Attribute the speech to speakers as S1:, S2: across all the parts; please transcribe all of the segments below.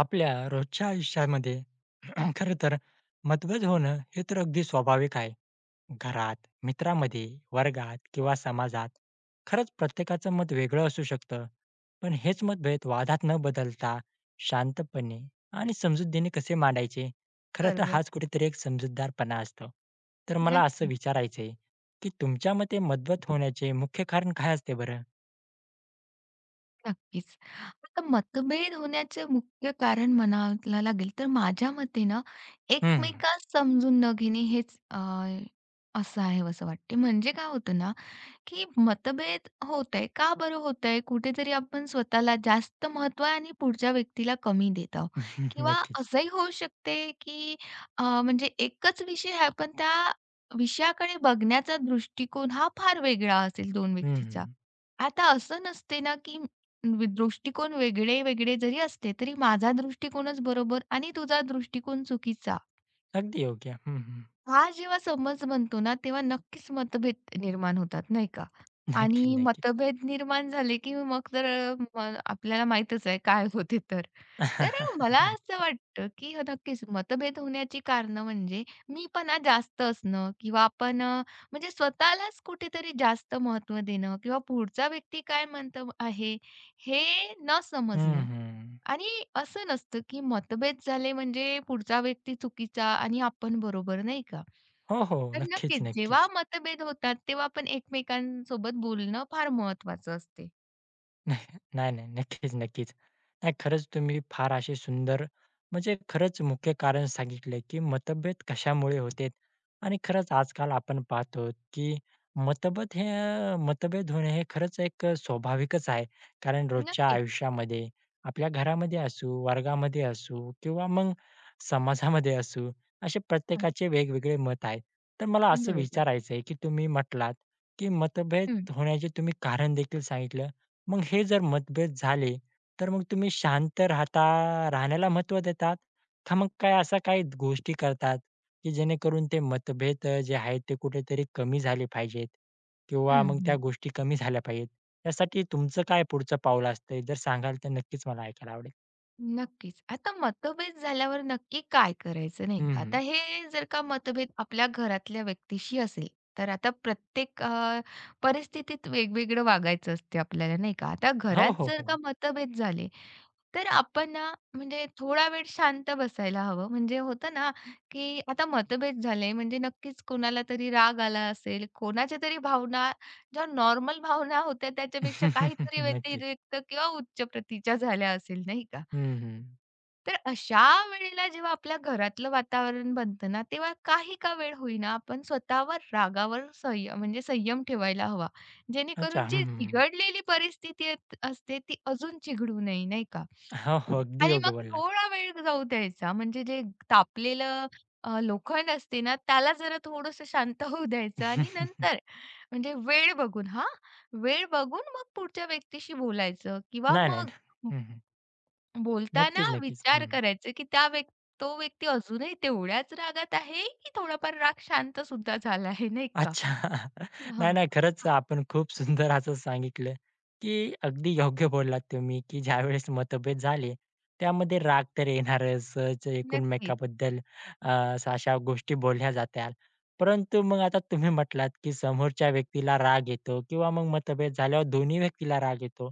S1: आपल्या रोजच्या आयुष्यामध्ये खरं तर मतभेद होणं हे तर अगदी स्वाभाविक आहे. घरात, मित्रामध्ये, वर्गात किंवा समाजात खरंच प्रत्येकाचं मत वेगळं असू शकतं. पण हेच मतभेद वादात न बदलता शांतपणे आणि समजुतीने कसे मांडायचे? खरं तर
S2: बरोबर.
S1: हाच कुठेतरी एक समजूतदारपणा असतो. तर मला असं
S2: नक्कीच,
S1: विचारायचं की तुमच्या मते मतभेद होण्याचे मुख्य कारण काय असते बरं?
S2: नक्कीच. आता मतभेद होण्याचे मुख्य कारण म्हणायला लागेल तर माझ्या मते ना,
S1: हं,
S2: एकमेकास समजून न घेणे हेच असं आहे असं वाटते. म्हणजे काय होतं ना की मतभेद होत आहे. का बरं होत आहे? कुठेतरी आपण स्वतःला जास्त महत्त्व आणि पुढच्या व्यक्तीला कमी देत आहोत किंवा
S1: नक्कीच.
S2: असंही होऊ शकते, की म्हणजे एकच विषय आहे, पण त्या विषयाकडे बघण्याचा दृष्टिकोन हा फार वेगळा असेल दोन व्यक्तीचा.
S1: हं,
S2: आता असं नसते ना, की दृष्टिकोन वेगळे-वेगळे जरी असले, तरी माझा दृष्टिकोनच बरोबर आणि तुझा दृष्टिकोन चुकीचा.
S1: अगदी योग्य. हं,
S2: हा जेव्हा समज बनतो ना, तेव्हा नक्कीच मतभेद निर्माण होतात, नाही का?
S1: नक्कीच,
S2: आणि
S1: नक्कीच.
S2: मतभेद निर्माण झाले, की मग तर मग आपल्याला माहीतच आहे काय होते तर. तर मला
S1: नाही.
S2: असं वाटतं, की नक्कीच मतभेद होण्याची कारणं म्हणजे मीपणा जास्त असणं किंवा आपण म्हणजे स्वतःलाच कुठेतरी जास्त महत्त्व देणं किंवा पुढचा व्यक्ती काय म्हणतो आहे, हे न
S1: हं,
S2: समजणं.
S1: हं.
S2: आणि असं नसतं, की मतभेद झाले म्हणजे पुढचा व्यक्ती चुकीचा आणि आपण बरोबर, नाही का?
S1: हो, हो.
S2: तर
S1: नक्कीच,
S2: नक्कीच जेव्हा
S1: नक्कीच.
S2: मतभेद होतात, तेव्हा आपण एकमेकांसोबत बोलणं फार महत्वाचं असते.
S1: नाही, नाही. नाही, नक्कीच, नक्कीच. नाही, खरंच तुम्ही फार असे सुंदर म्हणजे खरंच मुख्य कारण सांगितलं, की मतभेद कशामुळे होते आणि खरंच आजकाल आपण पाहतो, की मतभेद हे मतभेद होणे हे खरंच एक स्वाभाविकच आहे. कारण रोजच्या
S2: नक्कीच.
S1: आयुष्यामध्ये आपल्या घरामध्ये असू, वर्गामध्ये असू किंवा मग समाजामध्ये असू, असे प्रत्येकाचे वेगवेगळे मत आहेत. तर मला
S2: हं,
S1: असं
S2: बरोबर.
S1: विचारायचं आहे, की तुम्ही म्हटलात, की मतभेद
S2: हं,
S1: होण्याचे तुम्ही कारण देखील सांगितलं. मग हे जर मतभेद झाले, तर मग तुम्ही शांत राहता राहण्याला महत्त्व देतात? का मग काय अशा काही गोष्टी करतात, की जेणेकरून ते मतभेद जे आहेत ते कुठेतरी कमी झाले पाहिजेत? किंवा
S2: हं,
S1: मग त्या
S2: हं.
S1: गोष्टी कमी झाल्या पाहिजेत. त्यासाठी तुमचं काय पुढचं पाऊल असतंय? जर सांगाल तर नक्कीच मला ऐकायला आवडेल.
S2: नक्कीच. आता मतभेद झाल्यावर नक्की काय करायचं नाही का?
S1: हं,
S2: आता हे जर का मतभेद आपल्या घरातल्या व्यक्तीशी असेल, तर आता प्रत्येक परिस्थितीत वेगवेगळं वागायचं असते आपल्याला नाही का? आता
S1: हो,
S2: घरात
S1: हो,
S2: जर का
S1: हो.
S2: मतभेद झाले, तर आपण ना म्हणजे थोडा वेळ शांत बसायला हवं. म्हणजे होतं ना, की आता मतभेद झाले म्हणजे नक्कीच कोणाला तरी राग आला असेल, कोणाच्या तरी भावना ज्या नॉर्मल भावना होत्या त्याच्यापेक्षा काहीतरी
S1: नक्कीच.
S2: व्यतिरिक्त किंवा उच्च प्रतीच्या झाल्या असेल नाही का?
S1: हं, हं.
S2: तर अशा वेळेला जेव्हा आपल्या घरातलं वातावरण बनतं ना, तेव्हा काही का वेळ होईना आपण स्वतःवर रागावर संयम म्हणजे संयम ठेवायला हवा.
S1: अच्छा.
S2: जेणेकरून जी
S1: हं, हं.
S2: चिघडलेली परिस्थिती अत असते ती अजून चिघडू नये, नाही का?
S1: हो, हो. अगदी
S2: आणि
S1: योग्य
S2: मग
S1: बोललात.
S2: थोडा वेळ जाऊ द्यायचा म्हणजे जे तापलेलं लोखंड असते ना, त्याला जरा थोडंसं शांत होऊ द्यायचं आणि नंतर म्हणजे वेळ बघून हां, वेळ बघून मग पुढच्या व्यक्तीशी बोलायचं किंवा
S1: नाही, नाही.
S2: मग
S1: हं, हं.
S2: बोलताना
S1: नक्कीच, नक्कीच.
S2: विचार
S1: हं.
S2: करायचा, की त्या व्यक् तो व्यक्ती अजूनही तेवढ्याच रागात आहे, की थोडाफार राग शांत सुद्धा झाला आहे, नाही का?
S1: अच्छा. नाही,
S2: हो.
S1: नाही. खरंच आपण खूप सुंदर असं सांगितलं, की अगदी योग्य बोललात तुम्ही, की ज्यावेळेस मतभेद झाले, त्यामध्ये राग तर येणारच. सहज
S2: नक्कीच.
S1: एकमेकांबद्दल अशा अशा गोष्टी बोलल्या जातात. परंतु मग आता तुम्ही म्हटलात, की समोरच्या व्यक्तीला राग येतो किंवा मग मतभेद झाल्यावर दोन्ही व्यक्तीला राग येतो.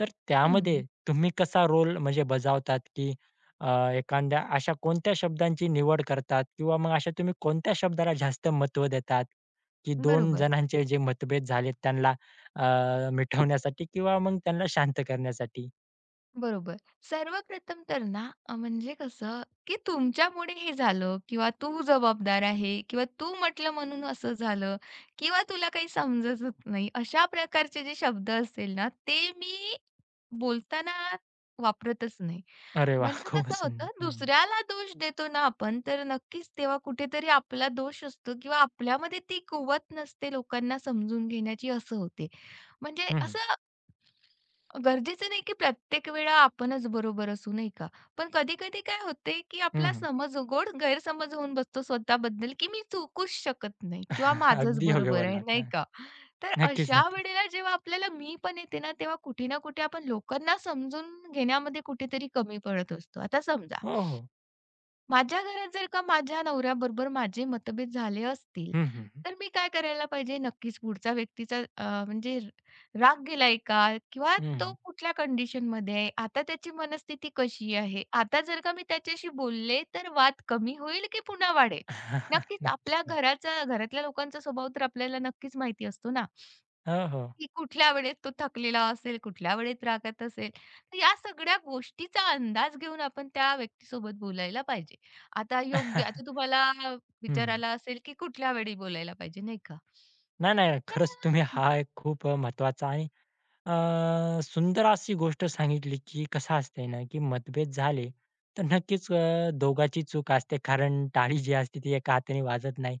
S1: तर त्यामध्ये
S2: हं,
S1: तुम्ही कसा रोल म्हणजे बजावतात, की एखाद्या अशा कोणत्या शब्दांची निवड करतात किंवा मग अशा तुम्ही कोणत्या शब्दाला जास्त महत्त्व देतात? की दोन
S2: बरोबर.
S1: जणांचे जे मतभेद झालेत त्यांना मिटवण्यासाठी किंवा मग त्यांना शांत करण्यासाठी.
S2: बरोबर. सर्वप्रथम तर ना, म्हणजे कसं, की तुमच्यामुळे हे झालं किंवा तू जबाबदार आहे किंवा तू म्हटलं म्हणून असं झालं किंवा तुला काही समजतच नाही, अशा प्रकारचे जे शब्द असतील ना, ते मी बोलताना वापरतच नाही.
S1: अरे वाह!
S2: म्हणजे
S1: खूपच
S2: कसं
S1: सुंदर.
S2: होतं,
S1: हं,
S2: दुसऱ्याला दोष देतो ना आपण, तर नक्कीच तेव्हा कुठेतरी आपला दोष असतो किंवा आपल्यामध्ये ती कुवत नसते लोकांना समजून घेण्याची, असं होते. म्हणजे
S1: हं, हं.
S2: असं गरजेचं नाही की प्रत्येक वेळा आपणच बरोबर असू, नाही का? पण कधी-कधी काय होते, की
S1: हं,
S2: आपला
S1: हं.
S2: समज गोड गैरसमज होऊन बसतो स्वतःबद्दल, की मी चुकूच शकत नाही किंवा माझंच
S1: अगदी योग्य
S2: बरोबर आहे,
S1: बोललात.
S2: नाही
S1: हां.
S2: का? तर
S1: नक्कीच,
S2: अशा
S1: नक्कीच.
S2: वेळेला जेव्हा आपल्याला मी पण येते ना, तेव्हा कुठे ना कुठे आपण लोकांना समजून घेण्यामध्ये कुठेतरी कमी पडत असतो. आता समजा
S1: हो, हो.
S2: माझ्या घरात जर का माझ्या नवऱ्याबरोबर माझे मतभेद झाले असतील,
S1: हं, हं, हं.
S2: तर मी काय करायला पाहिजे? नक्कीच पुढचा व्यक्तीचा म्हणजे राग गेलाय का? किंवा तो
S1: हं.
S2: कुठल्या कंडिशनमध्ये आहे? आता त्याची मनस्थिती कशी आहे? आता जर का मी त्याच्याशी बोलले, तर वाद कमी होईल की पुन्हा वाढेल? नक्कीच
S1: नक्कीच,
S2: आपल्या
S1: नक्की.
S2: घराचा घरातल्या लोकांचा स्वभाव तर आपल्याला नक्कीच माहिती असतो ना.
S1: हो, हो.
S2: की कुठल्या वेळेत तो थकलेला असेल, कुठल्या वेळेत रागात असेल. तर या सगळ्या गोष्टीचा अंदाज घेऊन आपण त्या व्यक्तीसोबत बोलायला पाहिजे. आता योग्य आता तुम्हाला
S1: हं.
S2: विचारायला असेल, की कुठल्या वेळी बोलायला पाहिजे, नाही का?
S1: नाही, नाही. खरंच तुम्ही
S2: तर
S1: हा एक खूप महत्वाचा आणि सुंदर अशी गोष्ट सांगितली, की कसं असतंय ना, की मतभेद झाले तर नक्कीच दोघाची चूक असते. कारण टाळी जी असते ती एका हाताने वाजत नाही.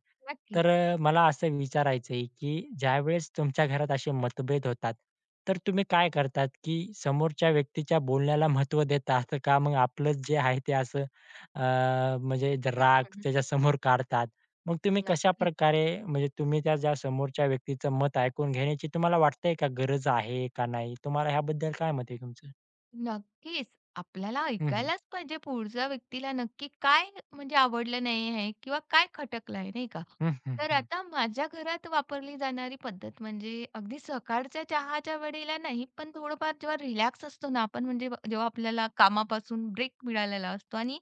S1: तर
S2: नक्कीच.
S1: मला असं विचारायचं आहे, की ज्यावेळेस तुमच्या घरात असे मतभेद होतात, तर तुम्ही काय करतात, की समोरच्या व्यक्तीच्या बोलण्याला महत्त्व देतात का? मग आपलंच जे आहे ते असं म्हणजे
S2: हं,
S1: राग
S2: हं, हं.
S1: त्याच्यासमोर काढतात? मग तुम्ही
S2: नक्कीच.
S1: कशाप्रकारे म्हणजे तुम्ही त्या ज्या समोरच्या व्यक्तीचं मत ऐकून घेण्याची तुम्हाला वाटतंय का गरज आहे का नाही? तुम्हाला ह्याबद्दल काय मत आहे तुमचं?
S2: नक्कीच. आपल्याला
S1: हं, हं.
S2: ऐकायलाच पाहिजे पुढच्या व्यक्तीला नक्की काय म्हणजे आवडलं नाही आहे किंवा काय खटकलंय नाही का?
S1: हं, हं,
S2: तर
S1: हं.
S2: आता माझ्या घरात वापरली जाणारी पद्धत म्हणजे अगदी सकाळच्या चहाच्या वेळेला नाही, पण थोडंफार जेव्हा रिलॅक्स असतो ना आपण म्हणजे जेव्हा आपल्याला कामापासून ब्रेक मिळालेला असतो आणि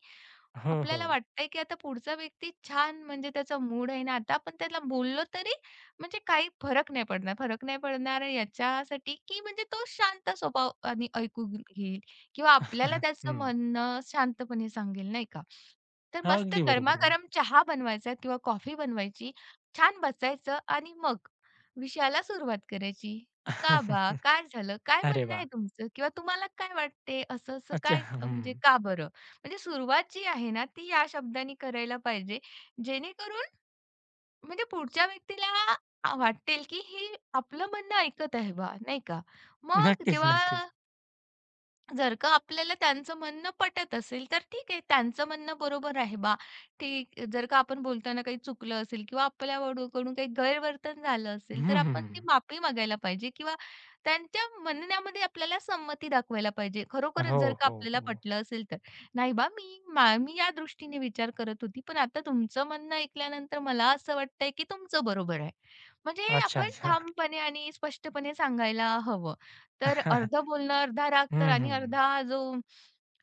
S1: हो, हो.
S2: आपल्याला वाटतंय की आता पुढचा व्यक्ती छान म्हणजे त्याचा मूड आहे ना, आता आपण त्याला बोललो तरी म्हणजे काही फरक नाही पडणार. फरक नाही पडणार याच्यासाठी, की म्हणजे तो शांत स्वभाव आणि ऐकून घेईल किंवा आपल्याला त्याचं
S1: हं.
S2: म्हणणं शांतपणे सांगेल, नाही का? तर
S1: हां,
S2: मस्त
S1: अगदी बरोबर बोलला.
S2: गरमागरम चहा बनवायचा किंवा कॉफी बनवायची, छान बसायचं आणि मग विषयाला सुरुवात करायची. "का बा? काय झालं? काय
S1: अरे
S2: म्हणणं आहे
S1: वाह!
S2: तुमचं? किंवा तुम्हाला काय वाटते? असं-असं
S1: अच्छा.
S2: काय म्हणजे
S1: हं.
S2: का बरं?" म्हणजे सुरुवात जी आहे ना, ती या शब्दांनी करायला पाहिजे, जेणेकरून म्हणजे पुढच्या व्यक्तीला वाटेल की हे आपलं म्हणणं ऐकत आहे बा, नाही का? मग
S1: नक्कीच,
S2: जेव्हा
S1: नक्कीच.
S2: जर का आपल्याला त्यांचं म्हणणं पटत असेल, तर ठीक आहे. त्यांचं म्हणणं बरोबर आहे बा. ठीक जर का आपण बोलताना काही चुकलं असेल किंवा आपल्या कडून काही गैरवर्तन झालं असेल, तर
S1: हं,
S2: आपण
S1: हं.
S2: ती माफी मागायला पाहिजे किंवा त्यांच्या म्हणण्यामध्ये आपल्याला संमती दाखवायला पाहिजे. खरोखरच
S1: हो,
S2: जर का
S1: हो,
S2: आपल्याला
S1: हो.
S2: पटलं असेल तर. "नाही बा, मी या दृष्टीने विचार करत होती, पण आता तुमचं म्हणणं ऐकल्यानंतर मला असं वाटतंय, की तुमचं बरोबर आहे." म्हणजे
S1: अच्छा,
S2: आपण
S1: अच्छा.
S2: ठामपणे आणि स्पष्टपणे सांगायला हवं. तर
S1: हं,
S2: अर्धं बोलणं, अर्धा राग तर आणि
S1: हं.
S2: अर्धा जो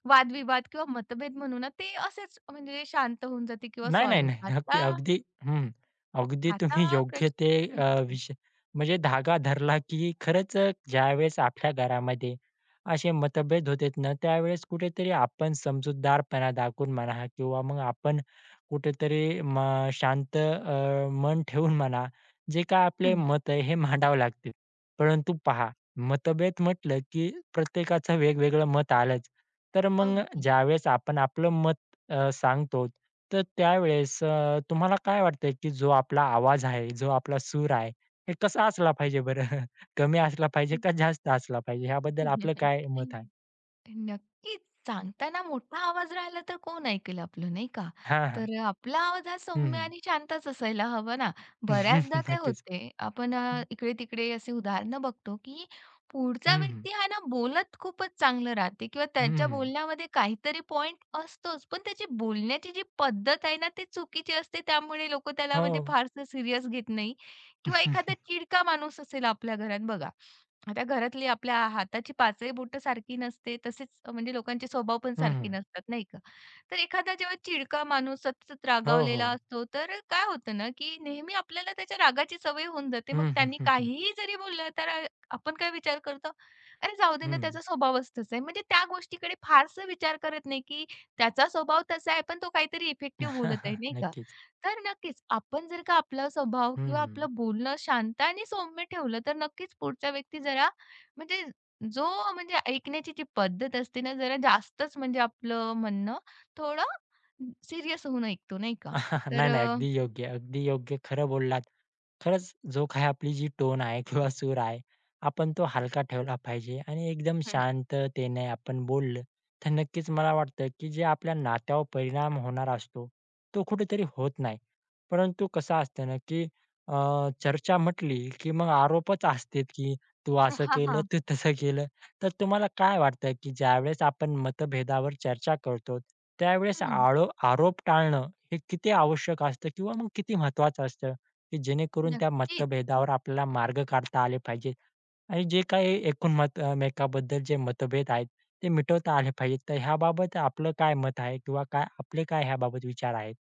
S2: वादविवाद किंवा मतभेद म्हणू ना, ते असेच म्हणजे शांत होऊन जाते किंवा
S1: नाही, नाही,
S2: सॉल्व्ह होतात.
S1: नाही. अगदी
S2: आता
S1: अगदी हं. अगदी
S2: आता
S1: तुम्ही
S2: हा
S1: योग्य ते
S2: प्रश्न हं, हं.
S1: विषय म्हणजे धागा धरला, की खरंच ज्यावेळेस आपल्या घरामध्ये असे मतभेद होतेत ना, त्यावेळेस कुठेतरी आपण समजूतदारपणा दाखवून म्हणा किंवा मग आपण कुठेतरी शांत मन ठेवून म्हणा, जे काय आपले
S2: हं.
S1: मत आहे हे मांडावं लागते. परंतु पहा, मतभेद म्हटलं, की प्रत्येकाचं वेगवेगळं मत आलंच. तर मग
S2: अगदी.
S1: ज्यावेळेस आपण आपलं मत सांगतो तर त्यावेळेस तुम्हाला काय वाटतंय, की जो आपला आवाज आहे, जो आपला सूर आहे, हे कसा असला पाहिजे बरं? कमी असला पाहिजे का जास्त असला पाहिजे? ह्याबद्दल आपलं काय मत आहे?
S2: नक्कीच. सांगताना मोठा आवाज राहिला तर कोण ऐकेल आपलं, नाही का?
S1: हां, हां.
S2: तर आपला आवाज हा
S1: हं,
S2: सौम्य
S1: हं.
S2: आणि शांतच असायला हवा ना. बऱ्याचदा काय
S1: नक्कीच.
S2: होते, आपण
S1: हं,
S2: इकडे-तिकडे असे उदाहरणं बघतो, की पुढचा
S1: हं, हं.
S2: व्यक्ती हा ना बोलत खूपच चांगलं राहते किंवा त्याच्या बोलण्यामध्ये काहीतरी पॉइंट असतोच. पण त्याची बोलण्याची जी पद्धत आहे ना, ती चुकीची असते. त्यामुळे लोकं त्याला म्हणजे
S1: हो.
S2: फारसं सीरियस घेत नाही किंवा एखादा चिडका माणूस असेल आपल्या घरात बघा. आता घरातली आपल्या हाताची पाचही बोटं सारखी नसते, तसेच म्हणजे लोकांचे स्वभाव पण सारखे
S1: हं,
S2: नसतात, नाही का? तर एखादा जेव्हा चिडका माणूस सतत
S1: हो, हो.
S2: रागावलेला असतो, तर काय होतं ना, की नेहमी आपल्याला त्याच्या रागाची सवय होऊन जाते. मग
S1: हं, हं,
S2: त्यांनी
S1: हं, हं.
S2: काहीही जरी बोललं, तर आपण काय विचार करतो, "अरे जाऊ दे ना, त्याचा स्वभावच तसा आहे." म्हणजे त्या गोष्टीकडे फारसा विचार करत नाही, की त्याचा स्वभाव तसा आहे, पण तो काहीतरी इफेक्टिव्ह बोलत आहे, नाही का?
S1: नक्कीच.
S2: तर नक्कीच आपण जर का आपला स्वभाव किंवा
S1: हं,
S2: आपलं बोलणं शांत आणि सौम्य ठेवलं, तर नक्कीच पुढचा व्यक्ती जरा म्हणजे जो म्हणजे ऐकण्याची जी पद्धत असते ना, जरा जास्तच म्हणजे आपलं म्हणणं थोडं सीरियस होऊन ऐकतो नाही का. तर
S1: नाही, नाही. अगदी योग्य, अगदी योग्य. खरं बोललात. खरंच जो काही आपली जी टोन आहे किंवा सूर आहे, आपण तो हलका ठेवला पाहिजे आणि एकदम
S2: हं, हं.
S1: शांततेने आपण बोललं, तर नक्कीच मला वाटतं, की जे आपल्या नात्यावर परिणाम होणार असतो, तो कुठेतरी होत नाही. परंतु कसं असतं ना, की चर्चा म्हटली, की मग आरोपच असतेत, की "तू असं
S2: हां,
S1: केलं,
S2: हां.
S1: तू तसं केलं." तर तुम्हाला काय वाटतं, की ज्यावेळेस आपण मतभेदावर चर्चा करतो, त्यावेळेस
S2: हं.
S1: आरोप टाळणं हे किती आवश्यक असतं किंवा मग किती महत्त्वाचं असतं, की जेणेकरून त्या
S2: नक्कीच.
S1: मतभेदावर आपल्याला मार्ग काढता आले पाहिजेत आणि जे काही एकूण मत एकमेकाबद्दल जे मतभेद आहेत, ते मिटवता आले पाहिजेत. तर ह्याबाबत आपलं काय मत आहे किंवा काय आपले काय ह्याबाबत विचार आहेत?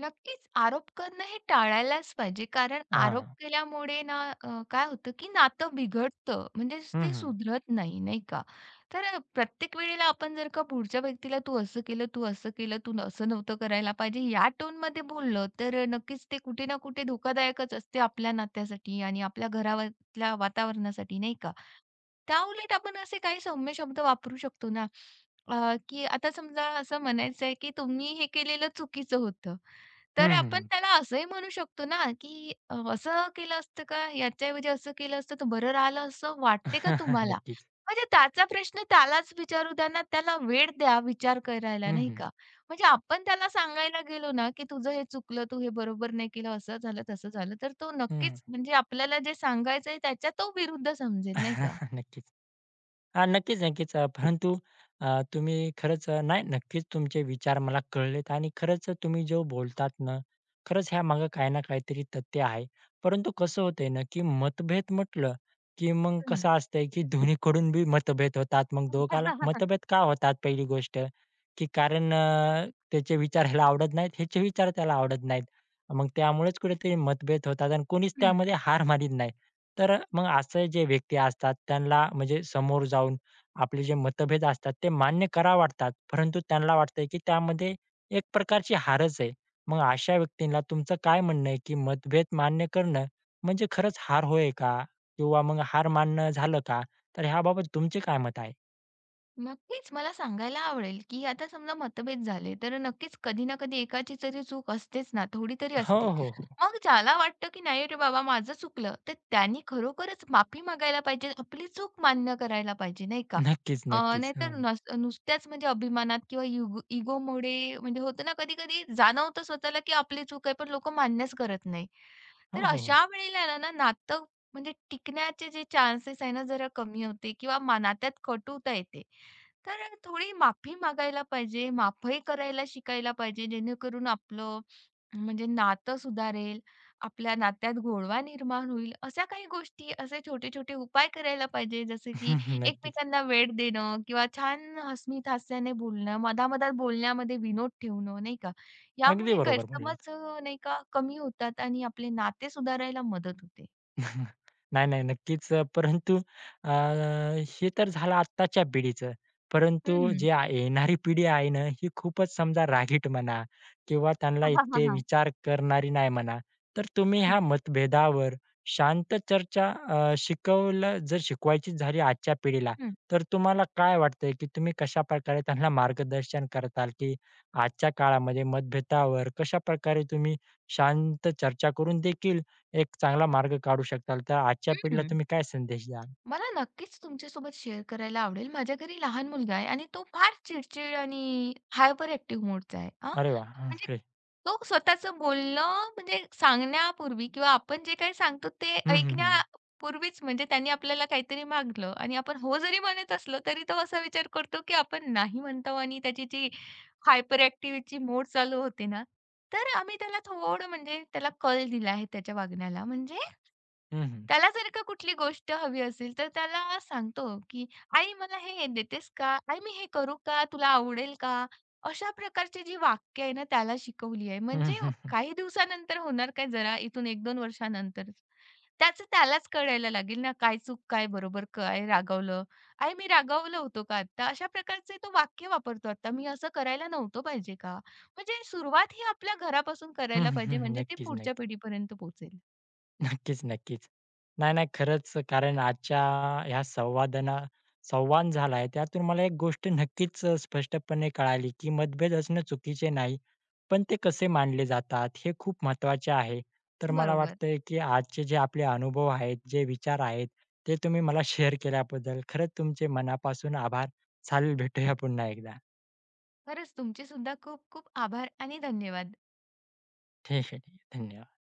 S2: नक्कीच आरोप करणं हे टाळायलाच पाहिजे. कारण
S1: हां,
S2: आरोप
S1: हां.
S2: केल्यामुळे ना काय होतं, की नातं बिघडतं. म्हणजे
S1: हं,
S2: ते
S1: हं.
S2: सुधरत नाही, नाही का? तर प्रत्येक वेळेला आपण जर का पुढच्या व्यक्तीला "तू असं केलं, तू असं केलं, असं नव्हतं करायला पाहिजे" या टोनमध्ये बोललं, तर नक्कीच ते कुठे ना कुठे धोकादायकच असते आपल्या नात्यासाठी आणि आपल्या घरातल्या वातावरणासाठी, नाही का? त्याउलट आपण असे काही सौम्य शब्द वापरू शकतो ना, की आता समजा असं म्हणायचं आहे, की "तुम्ही हे केलेलं चुकीचं होतं." तर आपण
S1: हं,
S2: त्याला असंही म्हणू शकतो ना, की असं केलं असतं का? याच्याऐवजी असं केलं असतं तर बरं राहिलं असं वाटते का तुम्हाला?
S1: नक्कीच.
S2: म्हणजे त्याचा प्रश्न त्यालाच विचारू द्या ना, त्याला वेळ द्या विचार करायला,
S1: हं,
S2: नाही
S1: हं.
S2: का? म्हणजे आपण त्याला सांगायला गेलो ना, की तुझं हे चुकलं, तू हे बरोबर नाही केलं, असं झालं, तसं झालं. तर तो
S1: हं,
S2: नक्कीच म्हणजे आपल्याला जे सांगायचं आहे त्याच्या तो विरुद्ध समजेल, नाही का?
S1: नक्कीच. हां, नक्कीच, नक्कीच. परंतु तुम्ही खरंच नाही, नक्कीच तुमचे विचार मला कळलेत आणि खरंच तुम्ही जो बोलतात ना, खरंच ह्यामागे काही ना काहीतरी तथ्य आहे. परंतु कसं होतंय ना, की मतभेद म्हटलं, की मग
S2: हं.
S1: कसं असतंय, की दोन्हीकडून बी मतभेद होतात. मग
S2: हं.
S1: दोघाला मतभेद का होतात पहिली गोष्ट, की कारण त्याचे विचार ह्याला आवडत नाहीत, ह्याचे विचार त्याला आवडत नाहीत. मग त्यामुळेच कुठेतरी मतभेद होतात आणि कोणीच त्यामध्ये हार मानीत नाही. तर मग असे जे व्यक्ती असतात त्यांना म्हणजे समोर जाऊन आपले जे मतभेद असतात ते मान्य करावे वाटतात, परंतु त्यांना वाटतंय की त्यामध्ये एक प्रकारची हारच आहे. मग अशा व्यक्तींना तुमचं काय म्हणणं आहे की मतभेद मान्य करणं म्हणजे खरंच हार होय का? किंवा मग हार मान्य झालं का? तर ह्याबाबत तुमचे काय मत आहे?
S2: नक्कीच मला सांगायला आवडेल, की आता समजा मतभेद झाले, तर नक्कीच कधी ना कधी एकाची तरी चूक असतेच ना, थोडी तरी
S1: हो,
S2: असते.
S1: हो, हो.
S2: मग ज्याला वाटतं, की नाही रे बाबा माझं चुकलं, तर त्यांनी खरोखरच माफी मागायला पाहिजे. आपली चूक मान्य करायला पाहिजे, नाही का?
S1: नक्कीच, नक्कीच. हं.
S2: नाहीतर नुसत्याच म्हणजे अभिमानात किंवा युगो इगोमुळे म्हणजे होतं ना कधी-कधी जाणवतं स्वतःला, की आपली चूक आहे, पण लोकं मान्यच करत नाही.
S1: हो,
S2: तर
S1: हो, हो.
S2: अशा वेळेला ना ना नातं म्हणजे टिकण्याचे जे चान्सेस आहे ना, जरा कमी होते किंवा नात्यात कटुता येते. तर थोडी माफी मागायला पाहिजे, माफही करायला शिकायला पाहिजे, जेणेकरून आपलं म्हणजे नातं सुधारेल, आपल्या नात्यात गोडवा निर्माण होईल. अशा काही गोष्टी, असे छोटे-छोटे उपाय करायला पाहिजे, जसे की
S1: नक्कीच.
S2: एकमेकांना वेळ देणं किंवा छान हसमीत हास्याने बोलणं, मधामधात बोलण्यामध्ये विनोद ठेवणं, नाही का?
S1: अगदी
S2: यामुळे
S1: बरोबर
S2: गैरसमज
S1: बोललात.
S2: नाही का, कमी होतात आणि आपले नाते सुधारायला मदत होते.
S1: नाही, नाही. नक्कीच. परंतु अ, हे तर झालं आत्ताच्या पिढीचं. परंतु जे
S2: हं.
S1: आ येणारी पिढी आहे ना, ही खूपच समजा रागीट म्हणा किंवा त्यांना
S2: हां, हां, हां,
S1: इतके
S2: हां.
S1: विचार करणारी नाही म्हणा. तर तुम्ही
S2: हं,
S1: ह्या मतभेदावर शांत चर्चा शिकवलं जर शिकवायची झाली आजच्या पिढीला,
S2: हं,
S1: तर तुम्हाला काय वाटतंय, की तुम्ही कशाप्रकारे त्यांना मार्गदर्शन करताल, की आजच्या काळामध्ये मतभेदावर कशाप्रकारे तुम्ही शांत चर्चा करून देखील एक चांगला मार्ग काढू शकाल, तर आजच्या पिढीला
S2: हं.
S1: तुम्ही काय संदेश द्याल?
S2: मला नक्कीच तुमच्यासोबत शेअर करायला आवडेल. माझ्या घरी लहान मुलगा आहे आणि तो फार चिडचिड आणि हायपर ॲक्टिव्ह मोडचा आहे. हां,
S1: अरे वाह!
S2: म्हणजे
S1: बापरे!
S2: तो स्वतःचं बोलणं म्हणजे सांगण्यापूर्वी किंवा आपण जे काही सांगतो ते
S1: हं, हं, हं.
S2: ऐकण्यापूर्वीच म्हणजे त्यांनी आपल्याला काहीतरी मागलं आणि आपण हो जरी म्हणत असलो तरी तो असा विचार करतो, की आपण नाही म्हणतो आणि त्याची जी हायपर ॲक्टिव्हिटी मोड चालू होते ना, तर आम्ही त्याला थोडं म्हणजे त्याला कल दिला आहे त्याच्या वागण्याला. म्हणजे
S1: हं, हं.
S2: त्याला जर का कुठली गोष्ट हवी असेल, तर त्याला सांगतो, की "आई मला हे देतेस का? आई मी हे करू का? तुला आवडेल का?" अशा प्रकारची जी वाक्य आहे ना, त्याला शिकवली आहे.
S1: हं,
S2: म्हणजे
S1: हं, हं.
S2: काही दिवसानंतर होणार काय जरा इथून 1-2 वर्षानंतरच. त्याचं त्यालाच कळायला लागेल ना, काय चूक, काय बरोबर, काय रागावलं. "आई मी रागावलं होतो का आत्ता?" अशा प्रकारचे तो वाक्य वापरतो आता. "मी असं करायला नव्हतं पाहिजे का?" म्हणजे सुरुवात ही आपल्या घरापासून
S1: हं,
S2: करायला
S1: हं,
S2: पाहिजे,
S1: हं.
S2: म्हणजे ती
S1: नक्कीच,
S2: पुढच्या
S1: नक्की.
S2: पिढीपर्यंत पोहोचेल.
S1: नक्कीच, नक्कीच. नाही, नाही. खरंच कारण आजच्या ह्या संवाद झाला आहे, त्यातून मला एक गोष्ट नक्कीच स्पष्टपणे कळाली, की मतभेद असणं चुकीचे नाही. पण ते कसे मांडले जातात हे खूप महत्त्वाचे आहे. तर मला
S2: बरोबर.
S1: वाटतंय, की आजचे जे आपले अनुभव आहेत, जे विचार आहेत, ते तुम्ही मला शेअर केल्याबद्दल खरंच तुमचे मनापासून आभार. चालेल, भेटूया पुन्हा एकदा.
S2: खरंच तुमचे सुद्धा खूप खूप आभार आणि धन्यवाद.
S1: ठीक आहे, ठीक आहे. धन्यवाद.